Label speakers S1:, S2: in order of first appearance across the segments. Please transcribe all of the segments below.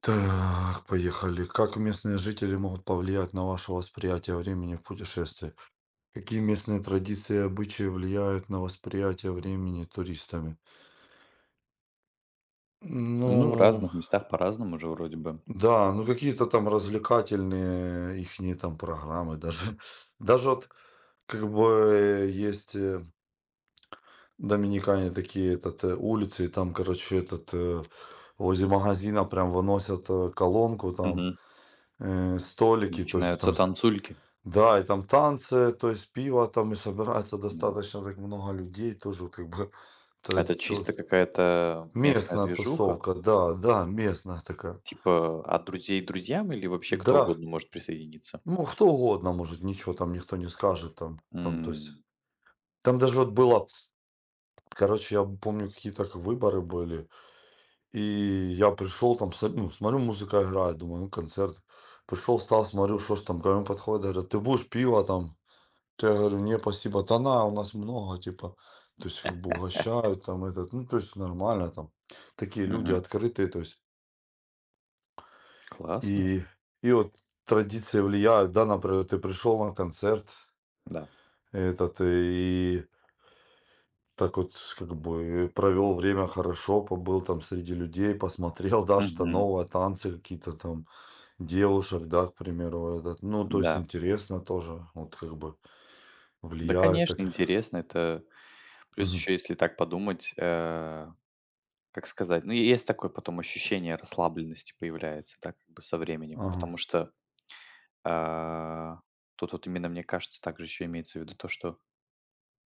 S1: Так, поехали. Как местные жители могут повлиять на ваше восприятие времени в путешествии? Какие местные традиции и обычаи влияют на восприятие времени туристами?
S2: Ну, в
S1: Ну,
S2: разных местах по-разному же вроде бы.
S1: да, ну какие-то там развлекательные ихние там программы. Даже, даже вот как бы есть в Доминикане такие этот, улицы, и там, короче, этот возле магазина прям выносят колонку там,
S2: Мгм.
S1: столики, то есть и
S2: Начинаются танцульки.
S1: Да, и там танцы, то есть пиво там, и собирается
S2: М.
S1: достаточно так много людей, тоже вот как бы
S2: Это
S1: традиционно.
S2: чисто какая-то местная
S1: Местная
S2: движуха?
S1: тусовка, да, да, местная такая.
S2: Типа от друзей друзьям или вообще кто
S1: Да,
S2: угодно может присоединиться?
S1: ну кто угодно может, ничего там никто не скажет там, там, то есть.
S2: М,
S1: Там даже вот было, короче, я помню, какие-то к выборы были, и я пришел там, ну, смотрю, музыка играет, думаю, ну, концерт. Пришел, встал, смотрю, что ж там, ко мне подходят, говорят, ты будешь пиво там? То я говорю: "Не, спасибо". Да на, у нас много, типа. То есть, как бы угощают там этот, ну, то есть нормально там. Такие люди
S2: мгм.
S1: открытые, то есть.
S2: Классно.
S1: И и вот традиции влияют, да, например, ты пришел на концерт
S2: Да.
S1: этот, и так вот как бы провел время хорошо, побыл там среди людей, посмотрел, да, что
S2: Мгм.
S1: новое, танцы какие-то там, девушек, да, к примеру, этот. Ну, то есть
S2: Да.
S1: интересно тоже, вот как бы
S2: Да,
S1: влияет так.
S2: конечно, интересно. Это плюс
S1: Мгм.
S2: еще, если так подумать, как сказать, ну, и есть такое потом ощущение расслабленности появляется, так как бы со временем,
S1: Ага.
S2: потому что А, тут вот именно, мне кажется, также еще имеется в виду то, что,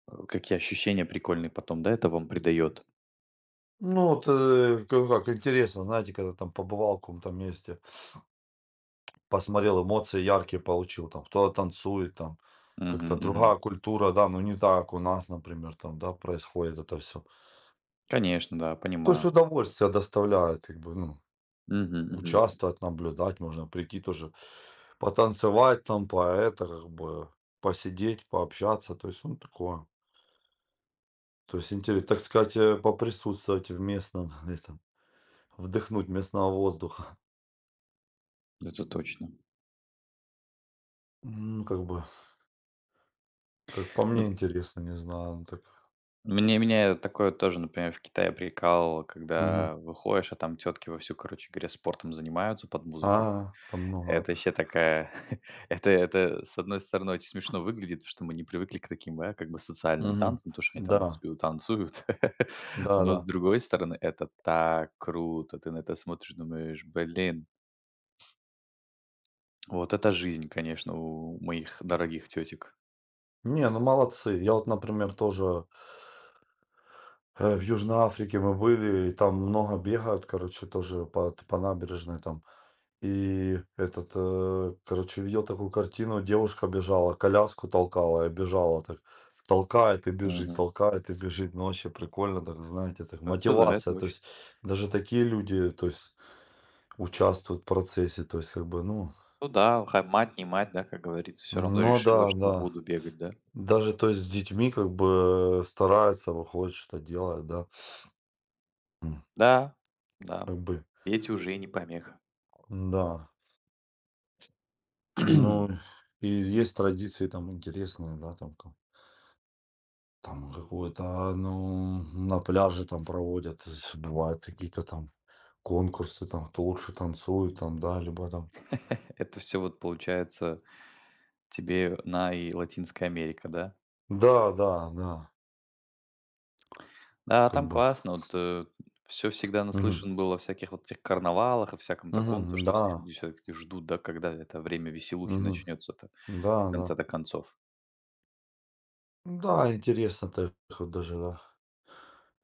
S2: какие ощущения прикольные потом, да, это вам придает.
S1: Ну, вот, как интересно, знаете, когда там побывал в каком-то месте, посмотрел, эмоции яркие получил, там кто-то танцует, там как-то
S2: Мгм, мгм.
S1: другая культура, да, ну не так у нас, например, там, да, происходит это все.
S2: Конечно, да,
S1: То есть
S2: понимаю.
S1: удовольствие доставляет, как бы, ну,
S2: Мгм, мгм.
S1: участвовать, наблюдать, можно прийти тоже, потанцевать там, по это, как бы, посидеть, пообщаться, то есть, ну, такое. То есть, интересно, так сказать, поприсутствовать в местном, этом, вдохнуть местного воздуха.
S2: Это точно.
S1: Ну, как бы, как по мне,
S2: Ну,
S1: интересно, не знаю, ну так.
S2: мне меня такое тоже, например, в Китае прикалывало,
S1: Мгм.
S2: когда выходишь, а там тетки вовсю, короче говоря, спортом занимаются под
S1: А,
S2: музыку.
S1: там много,
S2: Это
S1: да.
S2: вообще такая это, с одной стороны, очень смешно выглядит, потому что мы не привыкли к таким, да, как бы социальным
S1: Мгм.
S2: танцам, то, что они там
S1: Да,
S2: вовсю танцуют. Но, с
S1: да-да.
S2: другой стороны, это так круто. Ты на это смотришь, думаешь: "Блин, вот это жизнь, конечно, у моих дорогих тетек".
S1: Не, ну молодцы. Я вот, например, тоже, в Южной Африке мы были, и там много бегают, короче, тоже по набережной там. И этот, короче, видел такую картину, девушка бежала, коляску толкала и бежала так. Толкает и бежит,
S2: Мгм.
S1: толкает и бежит. Ну, вообще прикольно, так знаете, так
S2: Это да, это
S1: мотивация. То
S2: очень.
S1: есть даже такие люди, то есть участвуют в процессе. То есть, как бы, ну,
S2: Ну да, ха мать не мать, да, как говорится, все равно
S1: ну
S2: решила,
S1: да,
S2: что
S1: да.
S2: буду бегать, да?
S1: Даже, то есть, с детьми, как бы, старается, выходит, что делает, да. М,
S2: Да, да.
S1: как бы,
S2: Дети уже и не помеха.
S1: да. Ну, и есть традиции там интересные, да, там, там какое-то, ну, на пляже там проводят, то есть бывают какие-то там конкурсы, там, кто лучше танцует, там, да, либо там.
S2: Это все вот получается. Тебе на и Латинская Америка, да?
S1: Да, да, да,
S2: Да,
S1: как
S2: там
S1: бы.
S2: классно, вот, все всегда
S1: Мгм.
S2: наслышан был о всяких вот этих карнавалах и всяком таком, то,
S1: Мгм.
S2: что все
S1: Да.
S2: люди все таки ждут, да, когда это время веселухи
S1: Мгм.
S2: начнется-то,
S1: Да,
S2: в
S1: да.
S2: конце-то концов.
S1: Да, интересно так вот даже на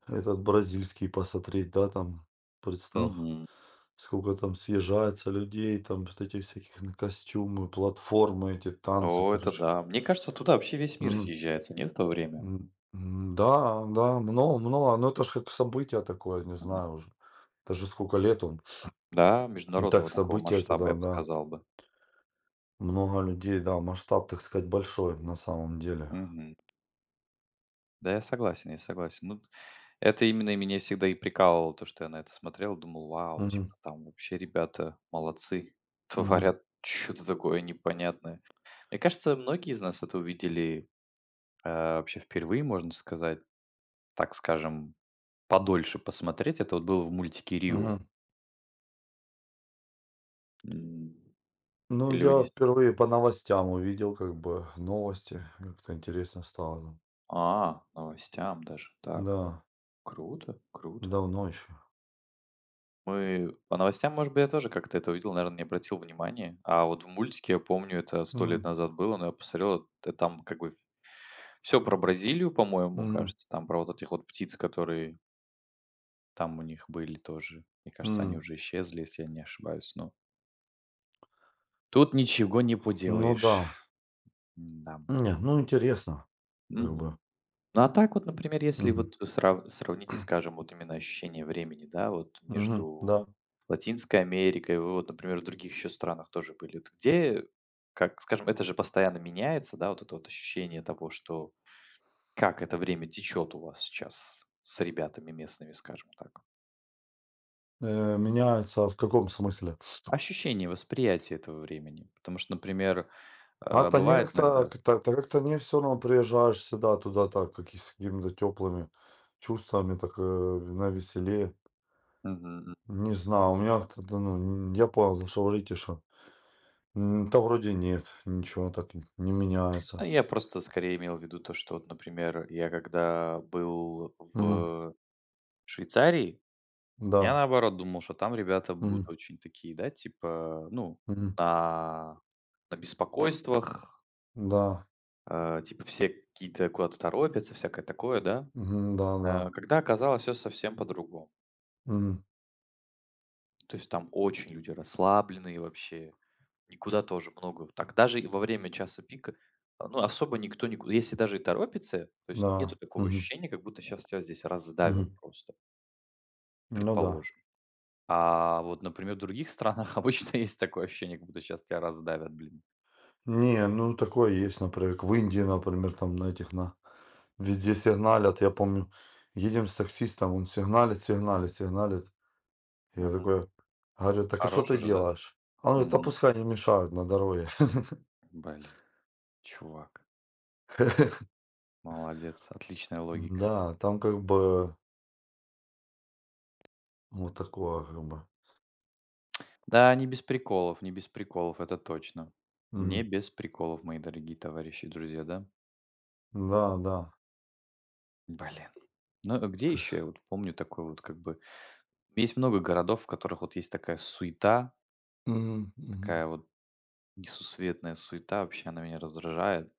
S1: этот бразильский посмотреть, да, там, представь,
S2: Мгм.
S1: сколько там съезжается людей, там вот этих всяких на костюмы, платформы, эти танцы,
S2: О, это
S1: короче.
S2: да. Мне кажется, вот туда вообще весь мир
S1: Мгм.
S2: съезжается, нет, в то время?
S1: М, м, да, да, много, много, но это же как событие такое, не
S2: Мгм.
S1: знаю уже. Это же сколько лет он.
S2: Да,
S1: Ну, так,
S2: международного такого
S1: событие
S2: масштаба, я
S1: туда,
S2: бы
S1: да.
S2: сказал бы.
S1: Много людей, да, масштаб, так сказать, большой на самом деле.
S2: Мгм. Да, я согласен, я согласен. Ну, это именно и меня всегда и прикалывало, то, что я на это смотрел, думал, вау,
S1: Мгм.
S2: типа, там вообще ребята молодцы,
S1: Мгм.
S2: творят что-то такое непонятное. Мне кажется, многие из нас это увидели вообще впервые, можно сказать, так скажем, подольше посмотреть. Это вот было в мультике Рио.
S1: Мгм.
S2: М.
S1: Ну,
S2: Или вы
S1: я
S2: не... с-
S1: впервые по новостям увидел, как бы, новости. Как-то интересно стало.
S2: А, новостям даже. Так,
S1: Да,
S2: круто, круто.
S1: давно еще.
S2: Мы по новостям, может быть, я тоже как-то это увидел, наверное, не обратил внимания. А вот в мультике, я помню, это сто лет
S1: М,
S2: назад было, но я посмотрел, там как бы все про Бразилию, по-моему,
S1: мгм,
S2: кажется. Там про вот этих вот птиц, которые там у них были тоже. Мне кажется, они
S1: м.
S2: уже исчезли, если я не ошибаюсь. Но тут ничего не
S1: Ну
S2: поделаешь.
S1: да.
S2: Да.
S1: Не, ну интересно, как бы.
S2: Ну, а так вот, например, если
S1: Мгм,
S2: вот вы сравните, скажем, вот именно ощущение времени, да, вот
S1: мгм,
S2: между
S1: да.
S2: Латинской Америкой, вы вот, например, в других еще странах тоже были. Вот где, как, скажем, это же постоянно меняется, да, вот это вот ощущение того, что как это время течет у вас сейчас с ребятами местными, скажем так.
S1: Меняется в каком смысле?
S2: Ощущение, восприятие этого времени. Потому что, например,
S1: А-то не
S2: бывает
S1: как-то,
S2: иногда.
S1: как-то да как-то не все равно приезжаешь сюда, туда так, каки с какими-то теплыми чувствами, так, на веселе.
S2: Мгм, м.
S1: Не знаю, у меня как-то, да, ну, н я понял, за что говорите, что М, да вроде нет, ничего так н не
S2: А
S1: меняется.
S2: я просто скорее имел в виду то, что вот, например, я когда был
S1: Мгм.
S2: в Швейцарии? Я,
S1: Да.
S2: наоборот, думал, что там ребята будут
S1: Мгм.
S2: очень такие, да, типа, ну,
S1: Мгм.
S2: на на беспокойствах,
S1: Да.
S2: типа, все какие-то куда-то торопятся, всякое такое, да.
S1: Мгм. Да-да.
S2: Когда оказалось все совсем по-другому.
S1: Мгм.
S2: То есть там очень люди расслабленные вообще, никуда тоже много так даже и во время часа пика, а, ну, особо никто никуда если даже и торопится, то есть нету
S1: Да.
S2: такого
S1: Мгм.
S2: ощущения, как будто сейчас тебя здесь раздавят
S1: Мгм.
S2: просто,
S1: Ну да.
S2: предположим. А вот, например, в других странах обычно есть такое ощущение, как будто сейчас тебя раздавят, блин.
S1: Не, ну такое есть, например, как в Индии, например, там на этих на везде сигналят. Я помню, едем с таксистом, он сигналит, сигналит, сигналит. Я
S2: Мгм.
S1: такой говорю: "Так а что
S2: Хорош
S1: ты
S2: уже, да?
S1: делаешь?" А он говорит: "Да
S2: Мгм.
S1: пускай не мешают на дороге".
S2: Блин, чувак, молодец, отличная логика.
S1: Да, там как бы вот такое как бы.
S2: Да, не без приколов, не без приколов, это точно. Не
S1: Мгм.
S2: без приколов, мои дорогие товарищи и друзья, да?
S1: Да, да.
S2: Блин. Ну, а где
S1: То есть.
S2: еще я вот помню такой вот как бы. Есть много городов, в которых вот есть такая суета,
S1: Мгм, мгм.
S2: такая вот несусветная суета, вообще она меня раздражает.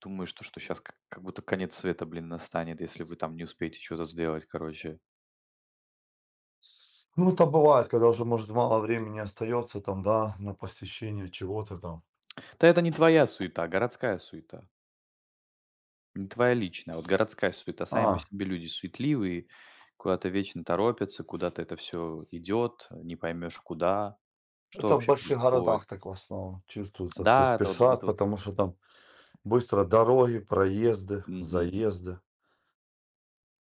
S2: Думаю, что сейчас как будто конец света, блин, настанет, если вы там не успеете что то сделать, короче.
S1: Ну, это бывает, когда уже, может, мало времени остается там, да, на посещение чего-то там.
S2: Да это не твоя суета, городская суета. Не твоя личная, а вот городская суета. Сами по
S1: А,
S2: себе люди суетливые, куда-то вечно торопятся, куда-то это все идет, не поймешь куда, что
S1: это в
S2: вообще
S1: больших
S2: происходит.
S1: городах так в основном чувствуется. Все
S2: Да, это вот
S1: спешат,
S2: это вот.
S1: потому что там быстро дороги, проезды,
S2: Мгм.
S1: заезды.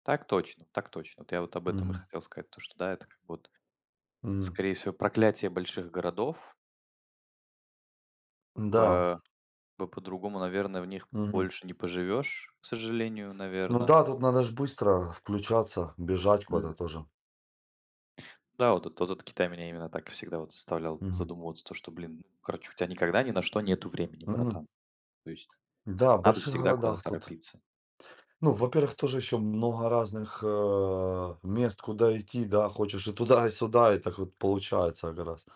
S2: Так точно, так точно. Вот я вот об этом и
S1: Мгм,
S2: хотел сказать, то что да, это как вот,
S1: мгм.
S2: скорее всего, проклятие больших городов.
S1: Да.
S2: Э, По по-другому, наверное, в них
S1: Мгм.
S2: больше не поживешь, к сожалению,
S1: Ну
S2: наверное.
S1: да, тут надо ж быстро включаться, бежать
S2: М.
S1: куда-то тоже.
S2: Да, вот этот Китай меня именно так всегда вот заставлял
S1: Мгм,
S2: задумываться, то что, блин, ну, короче, у тебя никогда ни на что нету времени,
S1: мгм.
S2: братан. То есть
S1: Да, в
S2: надо
S1: больших
S2: всегда куда-то
S1: городах тут
S2: торопиться.
S1: ну, во-первых, тоже еще много разных, мест, куда идти, да, хочешь и туда, и сюда, и так вот получается как раз.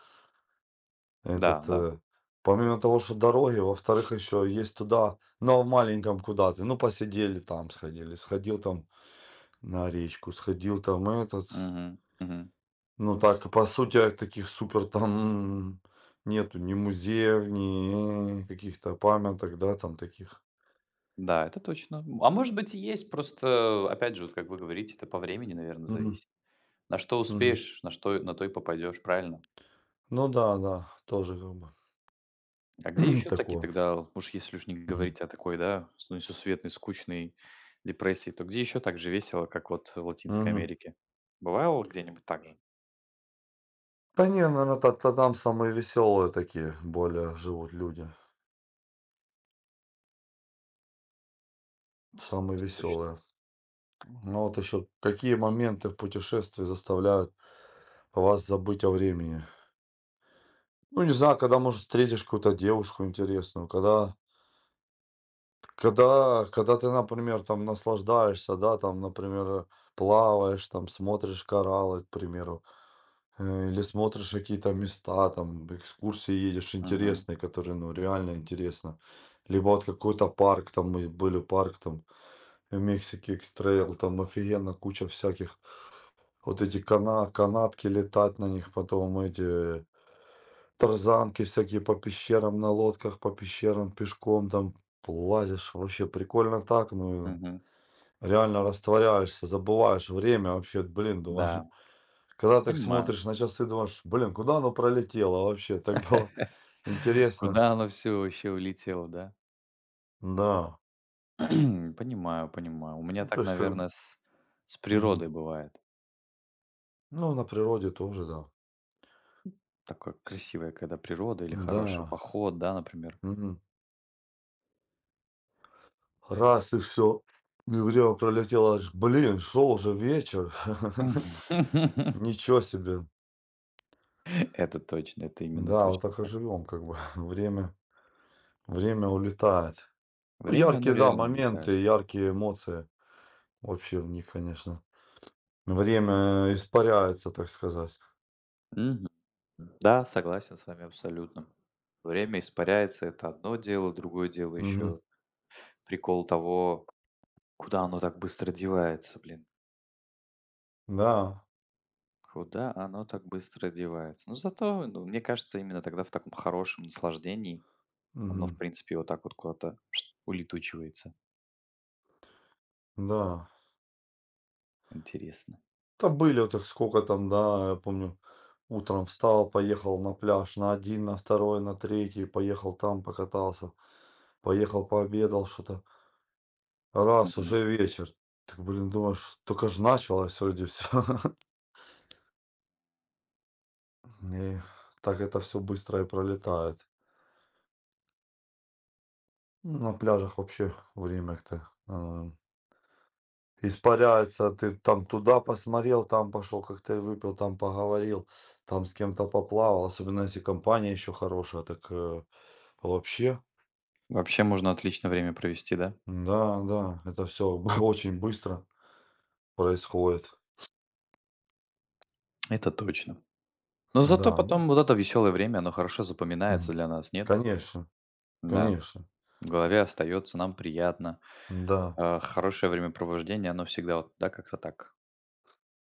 S2: Да,
S1: Этот,
S2: да.
S1: помимо того, что дороги, во-вторых, еще есть туда, но в маленьком куда ты, ну, посидели там, сходили, сходил там на речку, сходил там этот,
S2: Мгм, мгм.
S1: ну, так, по сути, таких супер там нету ни музеев, ни каких-то памяток, да, там таких.
S2: Да, это точно. М, а может быть и есть, просто, опять же, вот как вы говорите, это по времени, наверное,
S1: Мгм.
S2: зависит. На что
S1: Мгм.
S2: успеешь, на что на то и попадешь, правильно?
S1: Ну да, да, тоже как бы
S2: А где еще такие
S1: такое.
S2: тогда, вот уж если уж не
S1: Мгм.
S2: говорить о такой, да, несусветной, скучной депрессии, то где еще так же весело, как вот в Латинской
S1: Мгм.
S2: Америке? Бывало где-нибудь так же?
S1: Да не, наверное та там самые веселые такие более живут люди, самые
S2: Это точно.
S1: веселые. Ну вот еще какие моменты в путешествии заставляют вас забыть о времени? Ну, не знаю, когда, может, встретишь какую-то девушку интересную, когда когда ты, например, там наслаждаешься, да, там, например, плаваешь, там, смотришь кораллы, к примеру. Или смотришь какие-то места, там, экскурсии едешь
S2: Мгм.
S1: интересные, которые, ну, реально интересно. Либо вот какой-то парк, там мы были парк, там, в Мексике, Экстрейл, там офигенно куча всяких. Вот эти канатки летать на них, потом эти тарзанки всякие по пещерам, на лодках, по пещерам, пешком там плазишь. Вообще прикольно так, ну,
S2: Мгм.
S1: реально растворяешься, забываешь время вообще, блин, думаю.
S2: Да,
S1: Когда так
S2: понимаю.
S1: смотришь на часы, думаешь: "Блин, куда оно пролетело вообще?" Так было интересно.
S2: Куда оно все вообще улетело, да?
S1: Да.
S2: Понимаю, понимаю. У меня
S1: Ну, то
S2: так,
S1: есть как б
S2: наверное, с,
S1: мгм.
S2: природой бывает.
S1: Ну, на природе тоже, да.
S2: Такое
S1: С
S2: красивое, когда природа или хороший
S1: да,
S2: поход, да, например.
S1: мгм. Раз и все, и время пролетело. Аж, блин, шел уже вечер.
S2: Мгм.
S1: Ничего себе.
S2: Это точно, это именно
S1: Да, вот
S2: точно
S1: так и
S2: так.
S1: живем, как бы. Время улетает. Ну,
S2: Время, оно
S1: яркие, да,
S2: реально улетает.
S1: моменты, яркие эмоции. Вообще в них, конечно, время испаряется, так сказать.
S2: Да, согласен с вами абсолютно. Время испаряется, это одно дело, другое дело
S1: Мгм.
S2: еще прикол того, куда оно так быстро девается, блин.
S1: Да.
S2: Куда оно так быстро девается. Но зато, ну, мне кажется, именно тогда в таком хорошем наслаждении оно, в
S1: Мгм.
S2: принципе, вот так вот куда-то улетучивается.
S1: Да.
S2: Интересно.
S1: Да были вот их сколько там, да, я помню, утром встал, поехал на пляж, на один, на второй, на третий, поехал там покатался, поехал пообедал что-то. Раз,
S2: Мгм.
S1: уже вечер. Так, блин, думаешь, только ж началось вроде все. И так это все быстро и пролетает. На пляжах вообще время-то, испаряется, ты там туда посмотрел, там пошел, коктейль выпил, там поговорил, там с кем-то поплавал, особенно если компания еще хорошая, так вообще,
S2: Вообще можно отлично время провести, да?
S1: да, да, это все очень быстро происходит,
S2: Это точно. Но зато
S1: да, ну,
S2: потом вот это веселое время, оно хорошо запоминается
S1: мгм.
S2: для нас, нет?
S1: Конечно,
S2: Да.
S1: конечно,
S2: В голове остается, нам приятно.
S1: да,
S2: А, хорошее времяпровождение, оно всегда вот, да, как-то так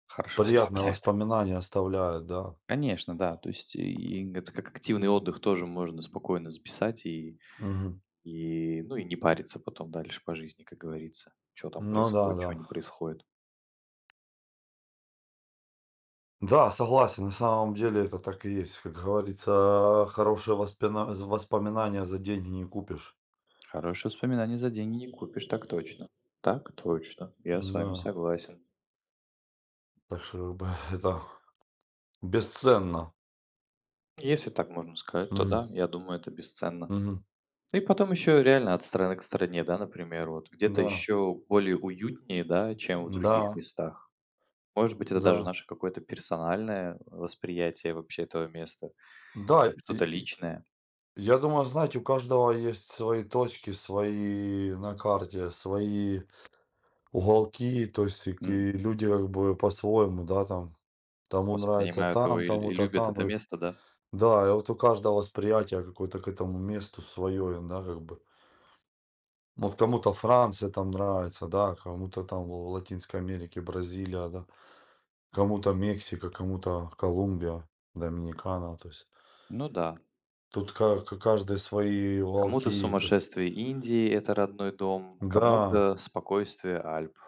S2: хорошо
S1: приятное
S2: оставляет.
S1: воспоминание оставляет, да.
S2: Конечно, да. То есть и это как активный отдых тоже можно спокойно записать и,
S1: Мгм.
S2: и ну и не париться потом дальше по жизни, как говорится. Что там
S1: Ну да,
S2: происходит, чего
S1: да.
S2: не происходит.
S1: Да, согласен, на самом деле это так и есть, как говорится, хорошие воспоминания за деньги не купишь.
S2: Хорошее воспоминание за деньги не купишь, так точно. Так точно. Я с
S1: Да,
S2: вами согласен.
S1: так что как бы это бесценно.
S2: Если так можно сказать, то
S1: Мгм.
S2: да, я думаю, это бесценно.
S1: Мгм.
S2: Ну и потом еще реально от страны к стране, да, например, вот где-то
S1: Да.
S2: еще более уютнее, да, чем в других
S1: Да,
S2: местах. Может быть, это даже
S1: да.
S2: наше какое-то персональное восприятие вообще этого места,
S1: Да,
S2: как что-то
S1: и
S2: личное.
S1: я думаю, знаете, у каждого есть свои точки, свои на карте, свои уголки, то есть и к
S2: Мгм.
S1: и люди как бы по-своему, да, там, тому нравится
S2: Воспринимают его
S1: там,
S2: и
S1: тому-то
S2: любят
S1: там.
S2: это
S1: И
S2: место, да?
S1: да, и вот у каждого восприятие какое-то к этому месту свое, да, как бы. Вот кому-то Франция там нравится, да, кому-то там в Латинской Америке, Бразилия, да. Кому-то Мексика, кому-то Колумбия, Доминикана. То есть
S2: Ну да.
S1: тут ка каждый свои
S2: Кому-то
S1: уголки. То есть
S2: сумасшествие Индии- это родной дом,
S1: да,
S2: кому-то спокойствие Альп.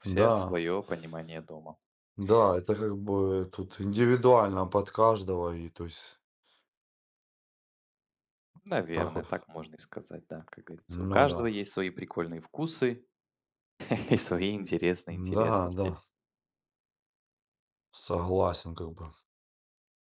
S2: У всех
S1: да,
S2: свое понимание дома.
S1: да, это как бы тут индивидуально под каждого и то есть так
S2: Наверное,
S1: вот.
S2: так можно и сказать, да, как говорится. У
S1: Ну да.
S2: каждого есть свои прикольные вкусы и свои интересные
S1: Да, да,
S2: интересности.
S1: согласен как бы.